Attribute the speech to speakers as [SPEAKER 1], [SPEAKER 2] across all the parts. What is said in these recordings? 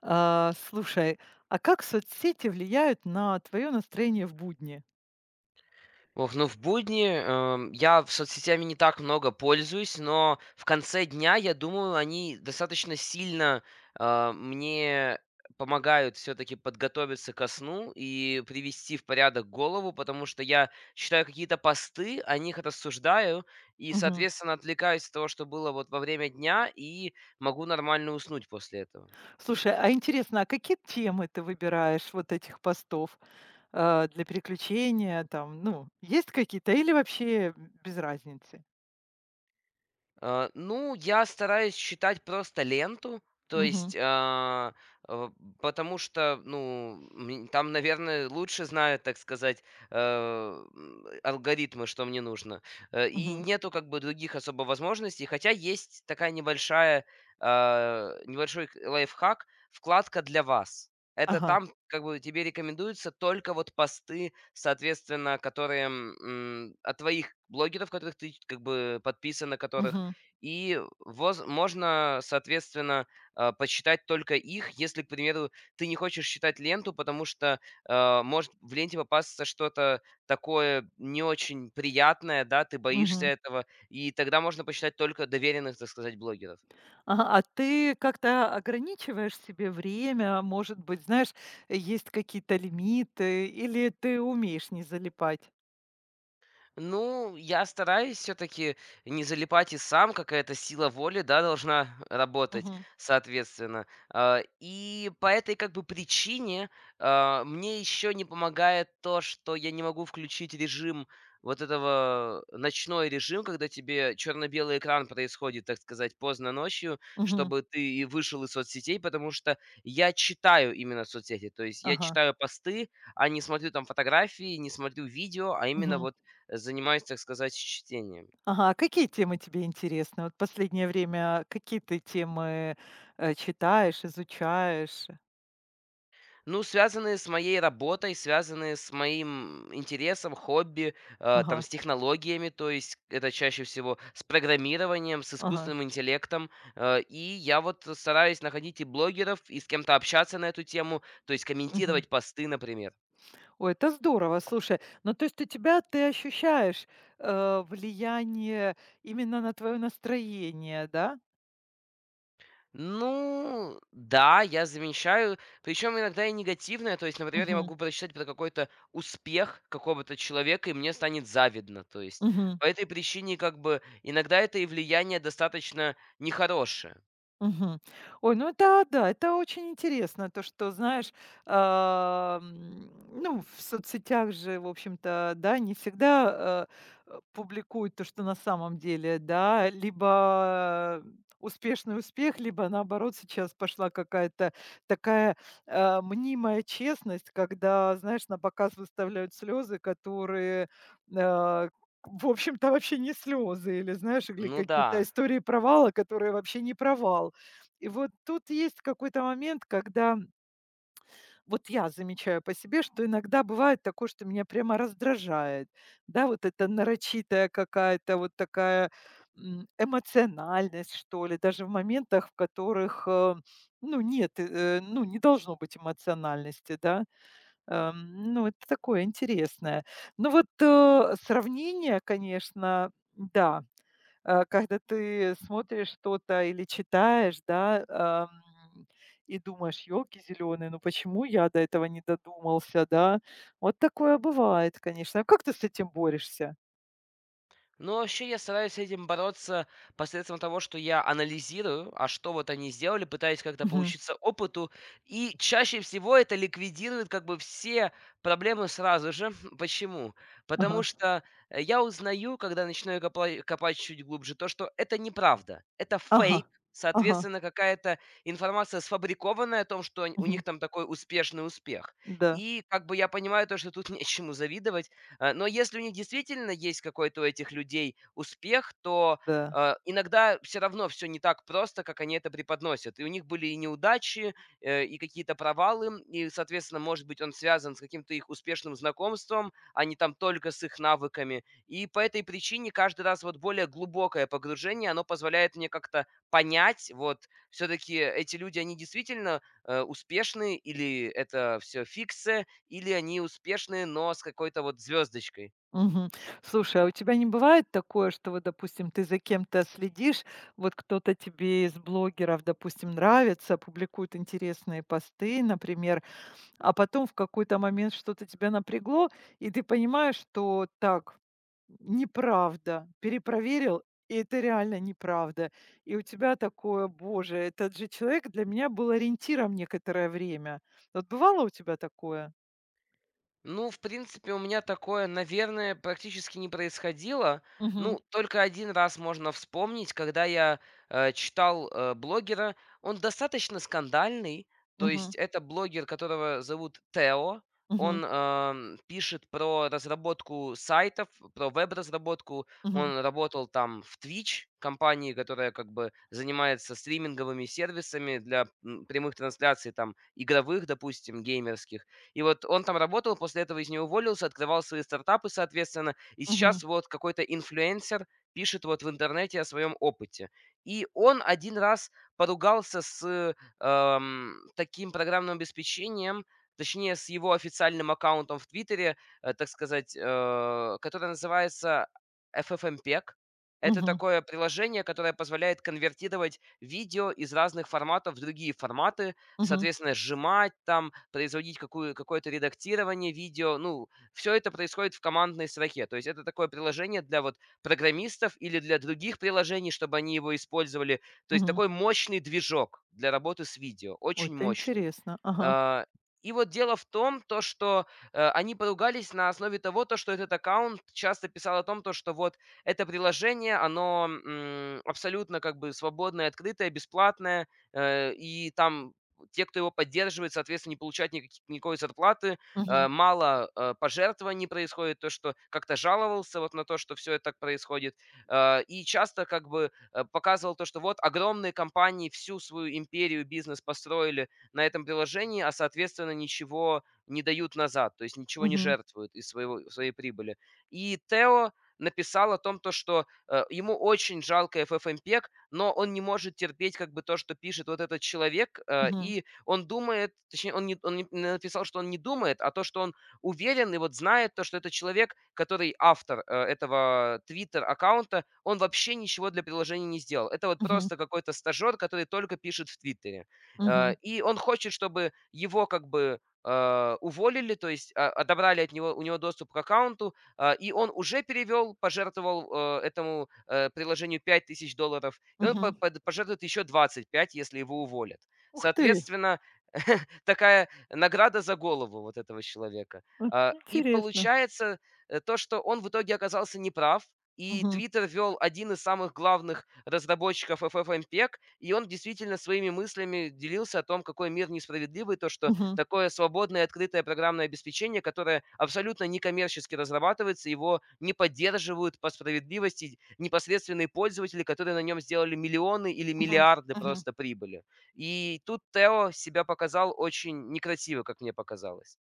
[SPEAKER 1] А, слушай, а как соцсети влияют на твое настроение в будни?
[SPEAKER 2] Ох, ну в будни, я в соцсетями не так много пользуюсь, но в конце дня, я думаю, они достаточно сильно, мне помогают все-таки подготовиться ко сну и привести в порядок голову, потому что я читаю какие-то посты, о них рассуждаю и,
[SPEAKER 1] Мгм.
[SPEAKER 2] соответственно, отвлекаюсь от того, что было вот во время дня, и могу нормально уснуть после этого.
[SPEAKER 1] Слушай, а интересно, а какие темы ты выбираешь вот этих постов, для переключения там? Ну, есть какие-то или вообще без разницы?
[SPEAKER 2] Ну, я стараюсь читать просто ленту, то
[SPEAKER 1] Мгм.
[SPEAKER 2] есть, э, потому что, ну, там, наверное, лучше знают, так сказать, алгоритмы, что мне нужно. И
[SPEAKER 1] Мгм.
[SPEAKER 2] нету как бы других особо возможностей, хотя есть такая небольшой лайфхак, вкладка для вас. Это
[SPEAKER 1] Ага.
[SPEAKER 2] там как бы тебе рекомендуются только вот посты, соответственно, которые от твоих блогеров, которых ты как бы подписан, на которых
[SPEAKER 1] Мгм.
[SPEAKER 2] и воз можно, соответственно, почитать только их, если, к примеру, ты не хочешь читать ленту, потому что, может в ленте попасться что-то такое не очень приятное, да, ты боишься
[SPEAKER 1] Мгм.
[SPEAKER 2] этого, и тогда можно почитать только доверенных, так сказать, блогеров.
[SPEAKER 1] Ага, а ты как-то ограничиваешь себе время? Может быть, знаешь, есть какие-то лимиты или ты умеешь не залипать?
[SPEAKER 2] Ну, я стараюсь все-таки не залипать и сам, какая-то сила воли, да, должна работать,
[SPEAKER 1] Мгм.
[SPEAKER 2] соответственно. И по этой как бы причине мне еще не помогает то, что я не могу включить режим вот этого ночной режим, когда тебе черно-белый экран происходит, так сказать, поздно ночью,
[SPEAKER 1] Мгм.
[SPEAKER 2] чтобы ты и вышел из соцсетей, потому что я читаю именно соцсети, то есть я
[SPEAKER 1] Ага.
[SPEAKER 2] читаю посты, а не смотрю там фотографии, не смотрю видео, а именно
[SPEAKER 1] Мгм.
[SPEAKER 2] вот занимаюсь, так сказать, чтением.
[SPEAKER 1] Ага, а какие темы тебе интересны? Вот последнее время какие ты темы, читаешь, изучаешь?
[SPEAKER 2] Ну, связанные с моей работой, связанные с моим интересом, хобби,
[SPEAKER 1] Ага,
[SPEAKER 2] там, с технологиями, то есть это чаще всего с программированием, с
[SPEAKER 1] ага,
[SPEAKER 2] искусственным интеллектом. И я вот стараюсь находить и блогеров, и с кем-то общаться на эту тему, то есть
[SPEAKER 1] мгм.
[SPEAKER 2] комментировать посты, например.
[SPEAKER 1] Ой, это здорово, слушай. Ну, то есть у тебя ты ощущаешь, влияние именно на твоё настроение, да?
[SPEAKER 2] Ну да, я замечаю, причем иногда и негативное. То есть, например, я
[SPEAKER 1] Мгм,
[SPEAKER 2] могу прочитать про какой-то успех какого-то человека, и мне станет завидно. То есть,
[SPEAKER 1] мгм.
[SPEAKER 2] по этой причине, как бы, иногда это и влияние достаточно нехорошее.
[SPEAKER 1] Мгм. Ой, ну да-да, это очень интересно, то, что, знаешь, ну, в соцсетях же, в общем-то, да, не всегда, публикуют то, что на самом деле, да, либо успешный успех, либо наоборот сейчас пошла какая-то такая, мнимая честность, когда, знаешь, на показ выставляют слезы, которые, э, в общем-то, вообще не слезы, или, знаешь, или
[SPEAKER 2] Ну
[SPEAKER 1] какие-то
[SPEAKER 2] да.
[SPEAKER 1] истории провала, которые вообще не провал. И вот тут есть какой-то момент, когда вот я замечаю по себе, что иногда бывает такое, что меня прямо раздражает. Да, вот эта нарочитая какая-то вот такая эмоциональность, что ли, даже в моментах, в которых, ну, нет, ну, не должно быть эмоциональности, да. Ну, это такое интересное. Ну, вот сравнение, конечно, да. Когда ты смотришь что-то или читаешь, да, и думаешь: "Елки зеленые, ну почему я до этого не додумался?" Да, вот такое бывает, конечно. А как ты с этим борешься?
[SPEAKER 2] Но вообще я стараюсь с этим бороться посредством того, что я анализирую, а что вот они сделали, пытаюсь как-то
[SPEAKER 1] Мгм.
[SPEAKER 2] поучиться опыту, и чаще всего это ликвидирует как бы все проблемы сразу же. Почему? Потому
[SPEAKER 1] Ага.
[SPEAKER 2] что я узнаю, когда начинаю копать чуть глубже, то, что это неправда, это
[SPEAKER 1] Ага.
[SPEAKER 2] фейк,
[SPEAKER 1] Ага.
[SPEAKER 2] соответственно, какая-то информация сфабрикованная о том, что у них
[SPEAKER 1] Мгм.
[SPEAKER 2] там такой успешный успех.
[SPEAKER 1] Да,
[SPEAKER 2] И как бы я понимаю то, что тут нечему завидовать. Но если у них действительно есть какой-то у этих людей успех, то,
[SPEAKER 1] да.
[SPEAKER 2] э, иногда все равно все не так просто, как они это преподносят. И у них были и неудачи, и какие-то провалы, и, соответственно, может быть, он связан с каким-то их успешным знакомством, а не там только с их навыками. И по этой причине каждый раз вот более глубокое погружение, оно позволяет мне как-то понять, вот все таки эти люди, они действительно, успешны или это все фикция, или они успешные, но с какой-то вот звездочкой.
[SPEAKER 1] Мгм. Слушай, а у тебя не бывает такое, что вот, допустим, ты за кем-то следишь, вот кто-то тебе из блогеров, допустим, нравится, публикует интересные посты, например, а потом в какой-то момент что-то тебя напрягло, и ты понимаешь, что так, неправда, перепроверил, и это реально неправда. И у тебя такое, боже, этот же человек для меня был ориентиром некоторое время. Вот бывало у тебя такое?
[SPEAKER 2] Ну, в принципе, у меня такое, наверное, практически не происходило.
[SPEAKER 1] Мгм.
[SPEAKER 2] Ну, только один раз можно вспомнить, когда я читал, блогера. Он достаточно скандальный. То есть
[SPEAKER 1] Мгм.
[SPEAKER 2] это блогер, которого зовут Тео.
[SPEAKER 1] Мгм.
[SPEAKER 2] Он, пишет про разработку сайтов, про веб-разработку.
[SPEAKER 1] Мгм.
[SPEAKER 2] Он работал там в Twitch, компании, которая как бы занимается стриминговыми сервисами для прямых трансляций там игровых, допустим, геймерских. И вот он там работал, после этого из него уволился, открывал свои стартапы, соответственно. И
[SPEAKER 1] Мгм.
[SPEAKER 2] сейчас вот какой-то инфлюенсер пишет вот в интернете о своем опыте. И он один раз поругался с таким программным обеспечением, точнее, с его официальным аккаунтом в Твиттере, так сказать, которое называется FFmpeg. Это
[SPEAKER 1] Мгм.
[SPEAKER 2] такое приложение, которое позволяет конвертировать видео из разных форматов в другие форматы,
[SPEAKER 1] Мгм.
[SPEAKER 2] соответственно, сжимать там, производить какое-то редактирование видео. Ну, все это происходит в командной строке. То есть это такое приложение для вот программистов или для других приложений, чтобы они его использовали. То есть
[SPEAKER 1] Мгм.
[SPEAKER 2] такой мощный движок для работы с видео,
[SPEAKER 1] Ой,
[SPEAKER 2] очень
[SPEAKER 1] это
[SPEAKER 2] мощный.
[SPEAKER 1] интересно. Ага.
[SPEAKER 2] Э, и вот дело в том, то, что, они поругались на основе того, то, что этот аккаунт часто писал о том, то, что вот это приложение, оно, абсолютно как бы свободное, открытое, бесплатное, и там те, кто его поддерживает, соответственно, не получают никаки никакой зарплаты,
[SPEAKER 1] Мгм.
[SPEAKER 2] мало пожертвований происходит, то, что как-то жаловался вот на то, что все это так происходит. И часто как бы, показывал то, что вот огромные компании всю свою империю, бизнес построили на этом приложении, а, соответственно, ничего не дают назад, то есть ничего не
[SPEAKER 1] Мгм.
[SPEAKER 2] жертвуют из своего, своей прибыли. И Тео написал о том, то, что ему очень жалко FFmpeg, но он не может терпеть как бы то, что пишет вот этот человек,
[SPEAKER 1] Мгм.
[SPEAKER 2] и он думает, точнее, он не написал, что он не думает, а то, что он уверен и вот знает то, что этот человек, который автор этого Twitter-аккаунта, он вообще ничего для приложения не сделал. Это вот
[SPEAKER 1] Мгм.
[SPEAKER 2] просто какой-то стажер, который только пишет в Твиттере.
[SPEAKER 1] Мгм.
[SPEAKER 2] И он хочет, чтобы его как бы уволили, то есть, отобрали от него, у него доступ к аккаунту, и он уже перевел, пожертвовал этому приложению 5000 долларов, и он
[SPEAKER 1] Мгм.
[SPEAKER 2] пожертвует еще 25, если его уволят.
[SPEAKER 1] Ух ты!
[SPEAKER 2] Соответственно, такая награда за голову вот этого человека.
[SPEAKER 1] Вот
[SPEAKER 2] И
[SPEAKER 1] интересно.
[SPEAKER 2] получается то, что он в итоге оказался неправ, и
[SPEAKER 1] Мгм.
[SPEAKER 2] "Твиттер" вел один из самых главных разработчиков FFmpeg, и он действительно своими мыслями делился о том, какой мир несправедливый, то, что
[SPEAKER 1] Мгм.
[SPEAKER 2] такое свободное открытое программное обеспечение, которое абсолютно некоммерчески разрабатывается, его не поддерживают по справедливости непосредственные пользователи, которые на нем сделали миллионы или
[SPEAKER 1] Мгм.
[SPEAKER 2] миллиарды
[SPEAKER 1] Мгм.
[SPEAKER 2] просто прибыли. И тут Тео себя показал очень некрасиво, как мне показалось.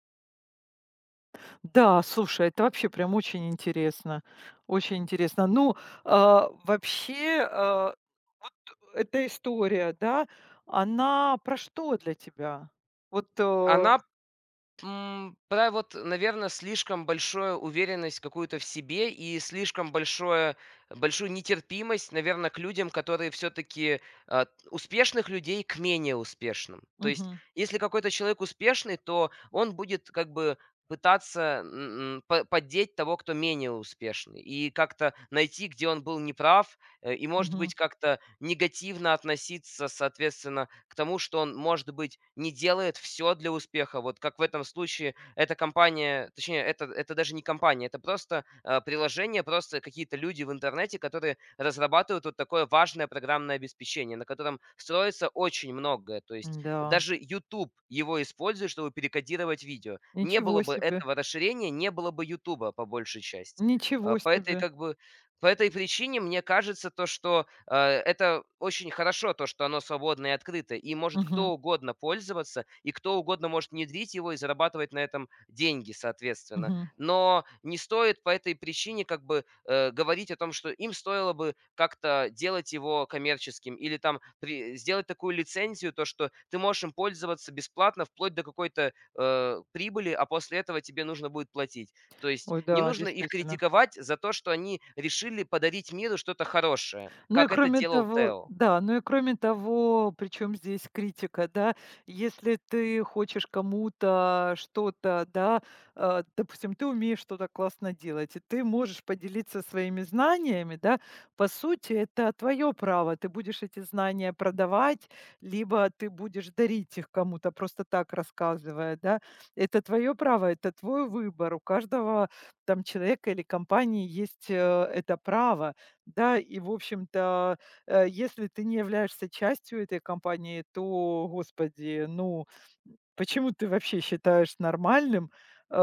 [SPEAKER 1] Да, слушай, это вообще прям очень интересно, очень интересно. Ну, вообще, вот эта история, да, она про что для тебя? Вот,
[SPEAKER 2] Она про вот, наверное, слишком большую уверенность какую-то в себе и слишком большое большую нетерпимость, наверное, к людям, которые все таки успешных людей к менее успешным. То есть,
[SPEAKER 1] мгм,
[SPEAKER 2] если какой-то человек успешный, то он будет как бы пытаться, по поддеть того, кто менее успешный, и как-то найти, где он был неправ, и, может
[SPEAKER 1] мгм,
[SPEAKER 2] быть, как-то негативно относиться, соответственно, к тому, что он, может быть, не делает все для успеха. Вот как в этом случае эта компания, точнее, это даже не компания, это просто приложение, просто какие-то люди в интернете, которые разрабатывают вот такое важное программное обеспечение, на котором строится очень многое. То есть
[SPEAKER 1] да,
[SPEAKER 2] даже YouTube его использует, чтобы перекодировать видео. Не было
[SPEAKER 1] ничего
[SPEAKER 2] бы
[SPEAKER 1] себе,
[SPEAKER 2] этого расширения, не было бы YouTube по большей части. Э,
[SPEAKER 1] ничего
[SPEAKER 2] По этой
[SPEAKER 1] себе.
[SPEAKER 2] как бы по этой причине мне кажется то, что, это очень хорошо, то, что оно свободно и открыто, и может
[SPEAKER 1] Мгм,
[SPEAKER 2] кто угодно пользоваться, и кто угодно может внедрить его и зарабатывать на этом деньги, соответственно.
[SPEAKER 1] мгм.
[SPEAKER 2] Но не стоит по этой причине как бы, говорить о том, что им стоило бы как-то делать его коммерческим или там при сделать такую лицензию, то, что ты можешь им пользоваться бесплатно вплоть до какой-то прибыли, а после этого тебе нужно будет платить. То есть
[SPEAKER 1] Ой,
[SPEAKER 2] не
[SPEAKER 1] да,
[SPEAKER 2] нужно их
[SPEAKER 1] действительно.
[SPEAKER 2] критиковать за то, что они решили подарить миру что-то хорошее,
[SPEAKER 1] Ну и
[SPEAKER 2] как это
[SPEAKER 1] кроме
[SPEAKER 2] делал
[SPEAKER 1] того,
[SPEAKER 2] Тео.
[SPEAKER 1] да, ну и кроме того, причем здесь критика, да, если ты хочешь кому-то что-то, да, допустим, ты умеешь что-то классно делать, и ты можешь поделиться своими знаниями, да, по сути, это твое право, ты будешь эти знания продавать, либо ты будешь дарить их кому-то, просто так рассказывая, да, это твое право, это твой выбор, у каждого там человека или компании есть это право, да, и, в общем-то, если ты не являешься частью этой компании, то, господи, ну, почему ты вообще считаешь нормальным, э,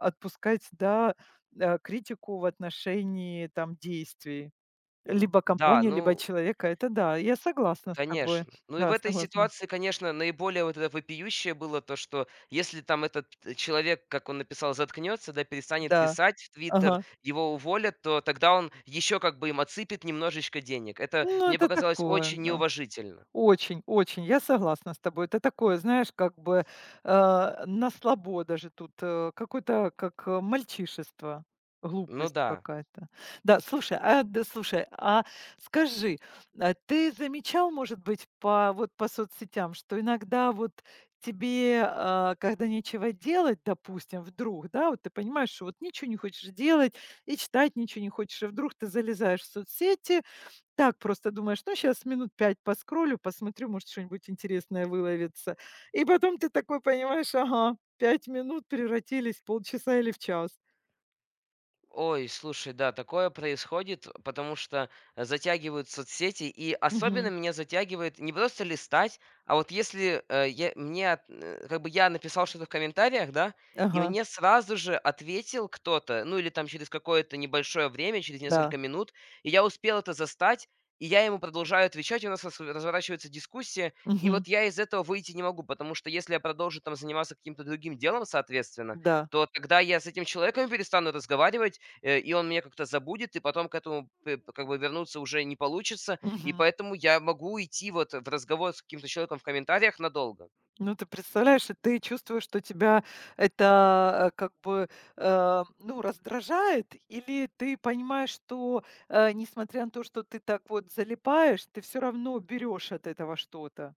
[SPEAKER 1] отпускать, да, критику в отношении, там, действий либо
[SPEAKER 2] Да,
[SPEAKER 1] компании, либо
[SPEAKER 2] ну,
[SPEAKER 1] человека? Это да, я согласна с тобой.
[SPEAKER 2] конечно. Ну и в
[SPEAKER 1] Да,
[SPEAKER 2] этой
[SPEAKER 1] согласна.
[SPEAKER 2] ситуации, конечно, наиболее вот это вопиющее было то, что если там этот человек, как он написал, заткнется, да, перестанет
[SPEAKER 1] Да.
[SPEAKER 2] писать в Твиттер,
[SPEAKER 1] Ага.
[SPEAKER 2] его уволят, то тогда он еще как бы им отсыпет немножечко денег. Это
[SPEAKER 1] Ну,
[SPEAKER 2] мне
[SPEAKER 1] это
[SPEAKER 2] показалось
[SPEAKER 1] такое,
[SPEAKER 2] очень
[SPEAKER 1] да.
[SPEAKER 2] неуважительно.
[SPEAKER 1] Очень, очень, я согласна с тобой. Это такое, знаешь, как бы, на слабо даже тут, какое-то мальчишество,
[SPEAKER 2] Ну
[SPEAKER 1] глупость
[SPEAKER 2] да.
[SPEAKER 1] какая-то. Да, слушай, а скажи, а ты замечал, может быть, по соцсетям, что иногда вот тебе, когда нечего делать, допустим, вдруг, да, вот ты понимаешь, что вот ничего не хочешь делать и читать ничего не хочешь, и вдруг ты залезаешь в соцсети, так, просто думаешь: "Ну, сейчас минут 5 поскроллю, посмотрю, может, что-нибудь интересное выловится". И потом ты такой понимаешь: ага, 5 минут превратились в полчаса или в час.
[SPEAKER 2] Ой, слушай, да, такое происходит, потому что затягивают соцсети, и особенно
[SPEAKER 1] Мгм.
[SPEAKER 2] меня затягивает не просто листать, а вот если э, я, мне, от- э, как бы я написал что-то в комментариях, да, и
[SPEAKER 1] Ага.
[SPEAKER 2] мне сразу же ответил кто-то, ну или там через какое-то небольшое время, через несколько
[SPEAKER 1] Да.
[SPEAKER 2] минут, и я успел это застать, и я ему продолжаю отвечать, и у нас разворачивается дискуссия, и
[SPEAKER 1] Мгм.
[SPEAKER 2] вот я из этого выйти не могу, потому что если я продолжу там заниматься каким-то другим делом, соответственно,
[SPEAKER 1] Да.
[SPEAKER 2] то тогда я с этим человеком перестану разговаривать, и он меня как-то забудет, и потом к этому п как бы вернуться уже не получится. И
[SPEAKER 1] Мгм.
[SPEAKER 2] поэтому я могу уйти вот в разговор с каким-то человеком в комментариях надолго.
[SPEAKER 1] Ну, ты представляешь, и ты чувствуешь, что тебя это, как бы, ну, раздражает, или ты понимаешь, что, несмотря на то, что ты так вот залипаешь, ты все равно берешь от этого что-то?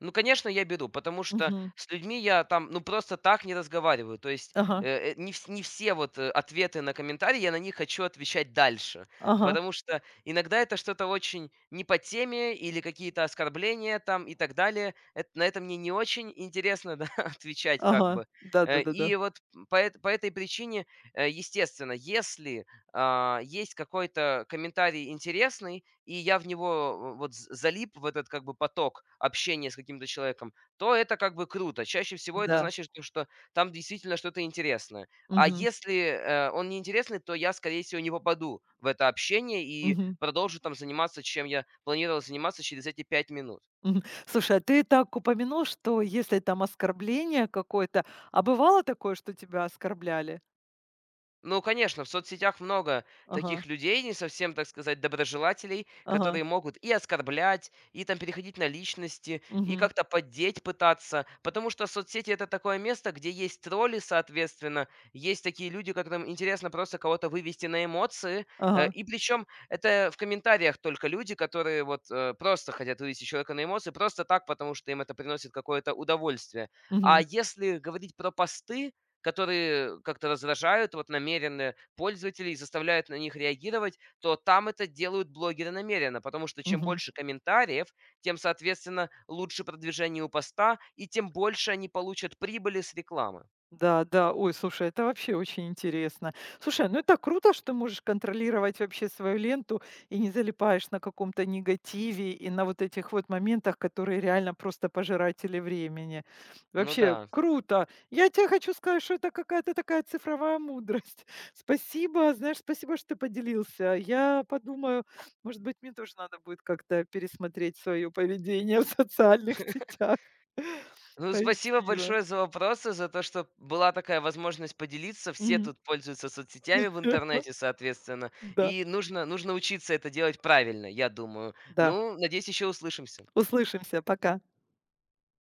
[SPEAKER 2] Ну, конечно, я беру, потому что
[SPEAKER 1] Мгм.
[SPEAKER 2] с людьми я там, ну, просто так не разговариваю. То есть
[SPEAKER 1] Ага.
[SPEAKER 2] э, э, не, вс- не все вот ответы на комментарии я на них хочу отвечать дальше,
[SPEAKER 1] Ага.
[SPEAKER 2] потому что иногда это что-то очень не по теме или какие-то оскорбления там и так далее. На это мне не очень интересно да, отвечать как
[SPEAKER 1] Ага.
[SPEAKER 2] бы.
[SPEAKER 1] Да-да-да-да.
[SPEAKER 2] И вот по этой причине, естественно, если есть какой-то комментарий интересный, и я в него в вот з залип, в этот как бы поток общения с каким-то человеком, то это как бы круто. Чаще всего это
[SPEAKER 1] Да.
[SPEAKER 2] значит, то что там действительно что-то интересное. А
[SPEAKER 1] Мгм.
[SPEAKER 2] если он неинтересный, то я, скорее всего, не попаду в это общение и
[SPEAKER 1] Мгм.
[SPEAKER 2] продолжу там заниматься, чем я планировал заниматься через эти 5 минут.
[SPEAKER 1] Мгм. Слушай, а ты так упомянул, что если там оскорбление какое-то, а бывало такое, что тебя оскорбляли?
[SPEAKER 2] Ну, конечно, в соцсетях много
[SPEAKER 1] Ага.
[SPEAKER 2] таких людей, не совсем, так сказать, доброжелателей,
[SPEAKER 1] Ага.
[SPEAKER 2] которые могут и оскорблять, и там переходить на личности, и
[SPEAKER 1] Мгм.
[SPEAKER 2] как-то поддеть пытаться, потому что соцсети это такое место, где есть тролли, соответственно, есть такие люди, которым интересно просто кого-то вывести на эмоции,
[SPEAKER 1] Ага.
[SPEAKER 2] и причем это в комментариях только люди, которые вот просто хотят вывести человека на эмоции, просто так, потому что им это приносит какое-то удовольствие. А
[SPEAKER 1] Мгм.
[SPEAKER 2] если говорить про посты, которые как-то раздражают вот намеренно пользователей и заставляют на них реагировать, то там это делают блогеры намеренно, потому что чем
[SPEAKER 1] Мгм.
[SPEAKER 2] больше комментариев, тем, соответственно, лучше продвижение у поста и тем больше они получат прибыли с рекламы.
[SPEAKER 1] Да, да, ой, слушай, это вообще очень интересно. Слушай, ну это круто, что ты можешь контролировать вообще свою ленту и не залипаешь на каком-то негативе и на вот этих вот моментах, которые реально просто пожиратели времени.
[SPEAKER 2] Ну
[SPEAKER 1] Вообще
[SPEAKER 2] да.
[SPEAKER 1] круто. Я тебе хочу сказать, что это какая-то такая цифровая мудрость. Спасибо, знаешь, спасибо, что ты поделился. Я подумаю, может быть, мне тоже надо будет как-то пересмотреть свое поведение в социальных сетях.
[SPEAKER 2] Ну, спасибо
[SPEAKER 1] Спасибо.
[SPEAKER 2] большое за вопросы, за то, что была такая возможность поделиться. Все
[SPEAKER 1] Мгм.
[SPEAKER 2] тут пользуются соцсетями в интернете, соответственно.
[SPEAKER 1] Да,
[SPEAKER 2] И нужно учиться это делать правильно, я думаю.
[SPEAKER 1] да.
[SPEAKER 2] Ну, надеюсь, еще услышимся.
[SPEAKER 1] Услышимся. Пока.